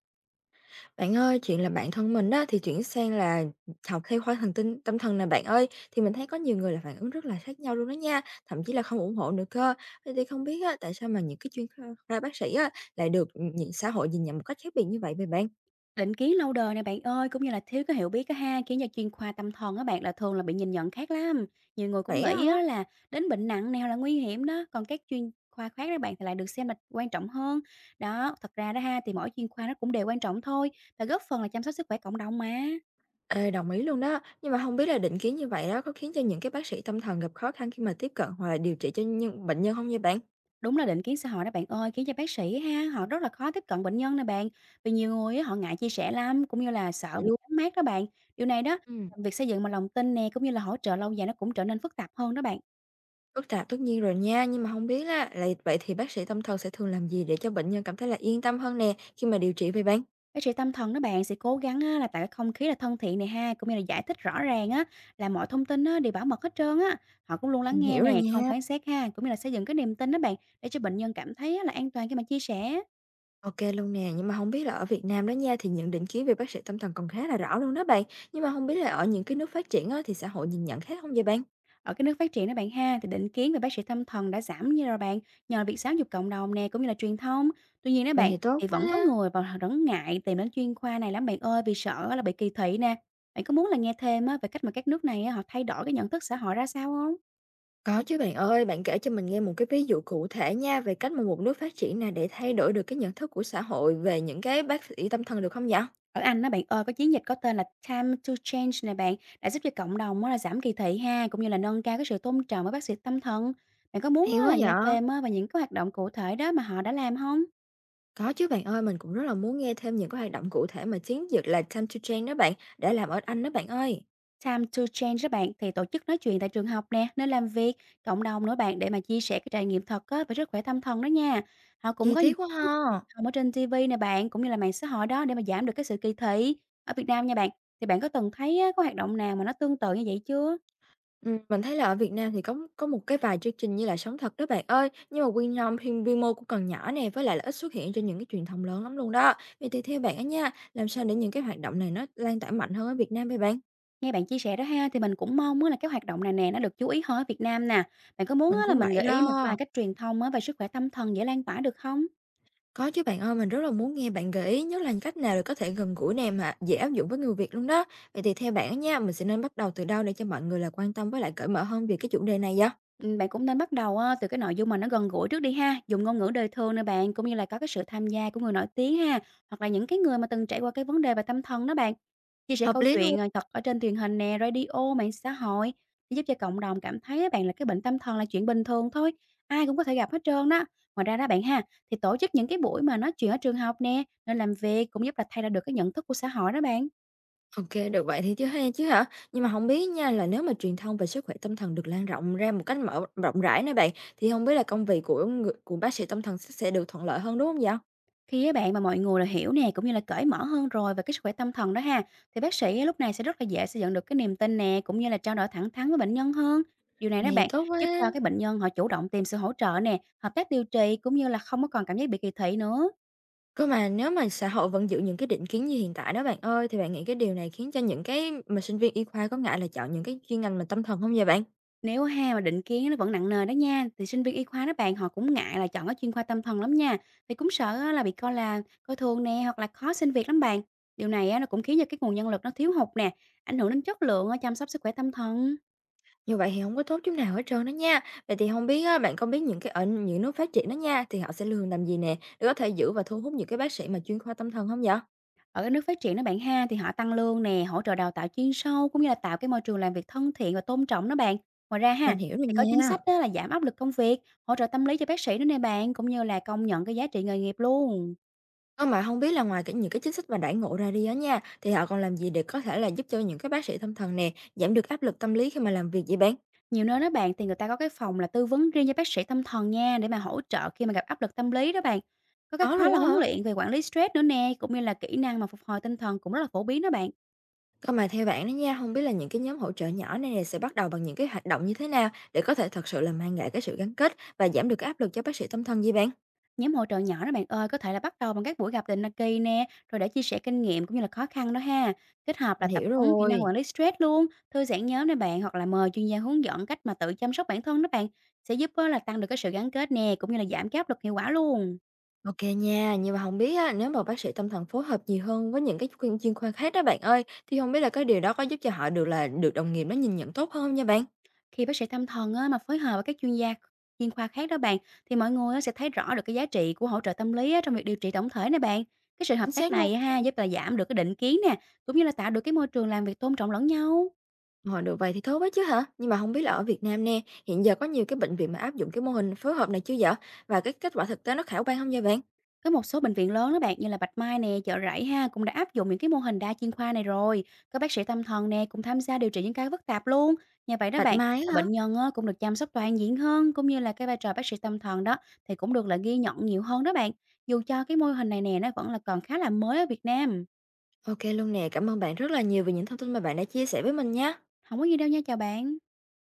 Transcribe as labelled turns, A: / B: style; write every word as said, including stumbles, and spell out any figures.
A: Bạn ơi, chuyện là bạn thân mình á, thì chuyển sang là học theo khoa thần tinh tâm thần nè bạn ơi, thì mình thấy có nhiều người là phản ứng rất là khác nhau luôn đó nha, thậm chí là không ủng hộ nữa cơ. Vậy thì không biết á, tại sao mà những cái chuyên kh khoa bác sĩ á, lại được, ừm, xã hội nhìn nhận một cách khác biệt như vậy vậy bạn?
B: Định kiến lâu đời này bạn ơi, cũng như là thiếu cái hiểu biết á ha, khiến cho chuyên khoa tâm thần á bạn là thường là bị nhìn nhận khác lắm. Nhiều người cũng
A: Vậy á
B: nghĩ
A: hả?
B: á là đến bệnh nặng nào là nguy hiểm đó, còn các chuyên khoa khác đó bạn thì lại được xem là quan trọng hơn. Đó, thật ra đó ha thì mỗi chuyên khoa nó cũng đều quan trọng thôi và góp phần là chăm sóc sức khỏe cộng đồng mà.
A: Ê, đồng ý luôn đó, nhưng mà không biết là định kiến như vậy đó có khiến cho những cái bác sĩ tâm thần gặp khó khăn khi mà tiếp cận hoặc là điều trị cho nhân bệnh nhân không nha bạn?
B: Đúng là định kiến xã hội đó bạn ơi, khiến cho bác sĩ ha, họ rất là khó tiếp cận bệnh nhân nè bạn. Vì nhiều người á, họ ngại chia sẻ lắm, cũng như là
A: Vậy
B: sợ bị
A: luôn.
B: đánh mát đó bạn. Điều này đó,
A: Ừm.
B: việc xây dựng mà lòng tin nè cũng như là hỗ trợ lâu dài nó cũng trở nên phức tạp hơn đó bạn.
A: Phức tạp tất nhiên rồi nha, nhưng mà không biết là là vậy thì bác sĩ tâm thần sẽ thường làm gì để cho bệnh nhân cảm thấy là yên tâm hơn nè, khi mà điều trị vậy bạn?
B: Bác sĩ tâm thần đó bạn sẽ cố gắng á, là tạo cái không khí là thân thiện này ha, cũng như là giải thích rõ ràng á là mọi thông tin á, đều bảo mật hết trơn á. Họ cũng luôn lắng
A: Mình
B: nghe
A: hiểu rồi
B: nè, không
A: nha.
B: phán xét ha, cũng như là xây dựng cái niềm tin đó bạn để cho bệnh nhân cảm thấy á, là an toàn khi mà chia sẻ.
A: Ok luôn nè, nhưng mà không biết là ở Việt Nam đó nha, thì những định kiến về bác sĩ tâm thần còn khá là rõ luôn đó bạn. Nhưng mà không biết là ở những cái nước phát triển á, thì xã hội nhìn nhận khác không vậy bạn?
B: Ở cái nước phát triển đó bạn ha thì định kiến về bác sĩ tâm thần đã giảm như rồi bạn nhờ việc giáo dục cộng đồng nè cũng như là truyền thông. Tuy nhiên đó
A: Vậy
B: bạn
A: thì tốt
B: thì
A: quá
B: vẫn có
A: ha.
B: người và họ vẫn ngại tìm đến chuyên khoa này lắm bạn ơi vì sợ là bị kỳ thị nè. Bạn có muốn là nghe thêm á, về cách mà các nước này á, họ thay đổi cái nhận thức xã hội ra sao không?
A: Có chứ bạn ơi, bạn kể cho mình nghe một cái ví dụ cụ thể nha, về cách mà một nước phát triển nào để thay đổi được cái nhận thức của xã hội về những cái bác sĩ tâm thần được không vậy?
B: Ở Anh á bạn ơi, có chiến dịch có tên là Time to Change này bạn, đã giúp cho cộng đồng á là giảm kỳ thị ha, cũng như là nâng cao cái sự tôn trọng với bác sĩ tâm thần. Bạn có muốn
A: Hay quá
B: á là nghe
A: vậy!
B: thêm á về những cái hoạt động cụ thể đó mà họ đã làm không?
A: Có chứ bạn ơi, mình cũng rất là muốn nghe thêm những cái hoạt động cụ thể mà chiến dịch là Time to Change đó bạn, đã làm ở Anh đó bạn ơi.
B: Time to Change đó bạn, thì tổ chức nói chuyện tại trường học nè, nơi làm việc, cộng đồng nữa bạn, để mà chia sẻ cái trải nghiệm thật á về sức khỏe tâm thần đó nha. Họ
A: Chi
B: cũng có
A: tiết
B: những
A: quá ha.
B: hồng ở trên ti vi nè bạn, cũng như là mạng xã hội đó để mà giảm được cái sự kỳ thị. Ở Việt Nam nha bạn, thì bạn có từng thấy á có hoạt động nào mà nó tương tự như vậy chưa?
A: Ừm, mình thấy là ở Việt Nam thì có có một cái vài chương trình như là Sống Thật đó bạn ơi, nhưng mà quy nhom quy quy mô cũng còn nhỏ nè, với lại là ít xuất hiện trên những cái truyền thông lớn lắm luôn đó. Vậy thì theo bạn á nha, làm sao để những cái hoạt động này nó lan tỏa mạnh hơn ở Việt Nam vậy bạn?
B: Nghe bạn chia sẻ đó ha, thì mình cũng mong á là cái hoạt động này nè nó được chú ý hơn ở Việt Nam nè. Bạn có muốn
A: Mình
B: á là
A: cũng
B: mình
A: vậy
B: gợi ý
A: đó.
B: một vài cách truyền thông á về sức khỏe tâm thần dễ lan tỏa được không?
A: Có chứ bạn ơi, mình rất là muốn nghe bạn gợi ý nhất là cách nào để có thể gần gũi nè mà dễ áp dụng với người Việt luôn đó. Vậy thì theo bạn á nha, mình sẽ nên bắt đầu từ đâu để cho mọi người là quan tâm với lại cởi mở hơn về cái chủ đề này vậy?
B: Ừm, bạn cũng nên bắt đầu, ơ, từ cái nội dung mà nó gần gũi trước đi ha, dùng ngôn ngữ đời thường nè bạn, cũng như là có cái sự tham gia của người nổi tiếng ha, hoặc là những cái người mà từng trải qua cái vấn đề về tâm thần đó bạn. Chia sẻ
A: Hợp
B: câu
A: lý luôn.
B: chuyện, ờ, thật ở trên truyền hình nè, radio, mạng xã hội sẽ giúp cho cộng đồng cảm thấy á bạn là cái bệnh tâm thần là chuyện bình thường thôi, ai cũng có thể gặp hết trơn đó. Ngoài ra đó bạn ha, thì tổ chức những cái buổi mà nói chuyện ở trường học nè, nơi làm việc cũng giúp là thay ra được cái nhận thức của xã hội đó bạn.
A: Ok, được vậy thì chứ hay chứ hả? Nhưng mà không biết nha, là nếu mà truyền thông về sức khỏe tâm thần được lan rộng ra một cách mở rộng rãi nè bạn, thì không biết là công việc của người, của bác sĩ tâm thần sẽ sẽ được thuận lợi hơn đúng không vậy?
B: Khi á bạn mà mọi người là hiểu nè, cũng như là cởi mở hơn rồi về cái sức khỏe tâm thần đó ha, thì bác sĩ á lúc này sẽ rất là dễ xây dựng được cái niềm tin nè, cũng như là trao đổi thẳng thắn với bệnh nhân hơn. Điều này đó
A: Này
B: bạn,
A: tốt
B: giúp
A: quá.
B: cho cái bệnh nhân họ chủ động tìm sự hỗ trợ nè, hợp tác điều trị cũng như là không có còn cảm giác bị kỳ thị nữa.
A: Cơ mà nếu mà xã hội vẫn giữ những cái định kiến như hiện tại đó bạn ơi, thì bạn nghĩ cái điều này khiến cho những cái mà sinh viên y khoa có ngại là chọn những cái chuyên ngành mà tâm thần không vậy bạn?
B: Nếu ha mà định kiến nó vẫn nặng nề đó nha, thì sinh viên y khoa đó bạn họ cũng ngại là chọn cái chuyên khoa tâm thần lắm nha, vì cũng sợ á là bị coi là coi thường nè hoặc là khó xin việc lắm bạn. Điều này á, nó cũng khiến cho cái nguồn nhân lực nó thiếu hụt nè, ảnh hưởng đến chất lượng ở chăm sóc sức khỏe tâm thần.
A: Như vậy thì không có tốt chút nào hết trơn đó nha. Vậy thì không biết á, bạn có biết những cái ở những nước phát triển đó nha, thì họ sẽ thường làm gì nè, để có thể giữ và thu hút những cái bác sĩ mà chuyên khoa tâm thần không vậy?
B: Ở các nước phát triển đó bạn ha, thì họ tăng lương nè, hỗ trợ đào tạo chuyên sâu cũng như là tạo cái môi trường làm việc thân thiện và tôn trọng đó bạn. Ngoài ra ha,
A: Mình hiểu rồi
B: thì có chính
A: nha.
B: sách đó là giảm áp lực công việc, hỗ trợ tâm lý cho bác sĩ nữa nè bạn, cũng như là công nhận cái giá trị nghề nghiệp luôn.
A: Ơ, mà không biết là ngoài cái những cái chính sách mà đãi ngộ ra đi đó nha, thì họ còn làm gì để có thể là giúp cho những cái bác sĩ tâm thần nè, giảm được áp lực tâm lý khi mà làm việc vậy bạn?
B: Nhiều nơi đó bạn thì người ta có cái phòng là tư vấn riêng cho bác sĩ tâm thần nha để mà hỗ trợ khi mà gặp áp lực tâm lý đó bạn. Có cái
A: Có
B: khóa
A: luôn
B: là
A: á
B: huấn
A: hả?
B: luyện về quản lý stress nữa nè, cũng như là kỹ năng mà phục hồi tinh thần cũng rất là phổ biến đó bạn.
A: Còn mà theo bạn đó nha, không biết là những cái nhóm hỗ trợ nhỏ này nè sẽ bắt đầu bằng những cái hoạt động như thế nào để có thể thật sự là mang lại cái sự gắn kết và giảm được cái áp lực cho bác sĩ tâm thần vậy bạn?
B: Nhóm hỗ trợ nhỏ đó bạn ơi, có thể là bắt đầu bằng các buổi gặp định kỳ nè, rồi để chia sẻ kinh nghiệm cũng như là khó khăn đó ha. Kết hợp là
A: Mình
B: tập
A: hiểu
B: huấn kỹ năng
A: rồi.
B: quản lý stress luôn, thư giãn nhóm nè bạn hoặc là mời chuyên gia hướng dẫn cách mà tự chăm sóc bản thân đó bạn sẽ giúp á là tăng được cái sự gắn kết nè cũng như là giảm cái áp lực hiệu quả luôn.
A: Ok nha, nhưng mà không biết á, nếu mà bác sĩ tâm thần phối hợp nhiều hơn với những cái khuyên chuyên khoa khác đó bạn ơi, thì không biết là cái điều đó có giúp cho họ được là được đồng nghiệp nó nhìn nhận tốt hơn không nha bạn?
B: Khi bác sĩ tâm thần á, mà phối hợp với các chuyên gia chuyên khoa khác đó bạn thì mọi người á sẽ thấy rõ được cái giá trị của hỗ trợ tâm lý á trong việc điều trị tổng thể nè bạn. Cái sự
A: Chính
B: hợp tác
A: xác luôn.
B: này á ha giúp là giảm được cái định kiến nè, cũng như là tạo được cái môi trường làm việc tôn trọng lẫn nhau.
A: Họ được vậy thì tốt quá chứ hả? Nhưng mà không biết là ở Việt Nam nè, hiện giờ có nhiều cái bệnh viện mà áp dụng cái mô hình phối hợp này chưa vậy? Và cái kết quả thực tế nó khả quan không nha bạn?
B: Có một số bệnh viện lớn đó bạn như là Bạch Mai nè, Chợ Rẫy ha cũng đã áp dụng những cái mô hình đa chuyên khoa này rồi. Các bác sĩ tâm thần nè cũng tham gia điều trị những cái phức tạp luôn. Như vậy đó
A: Bạch
B: bạn,
A: Mai
B: là
A: á hả?
B: bệnh nhân á, cũng được chăm sóc toàn diện hơn cũng như là cái vai trò bác sĩ tâm thần đó thì cũng được là ghi nhận nhiều hơn đó bạn. Dù cho cái mô hình này nè nó vẫn là còn khá là mới ở Việt Nam.
A: OK luôn nè. Cảm ơn bạn rất là nhiều vì những thông tin mà bạn đã chia sẻ với mình nhé.
B: Không có gì đâu nha, chào bạn.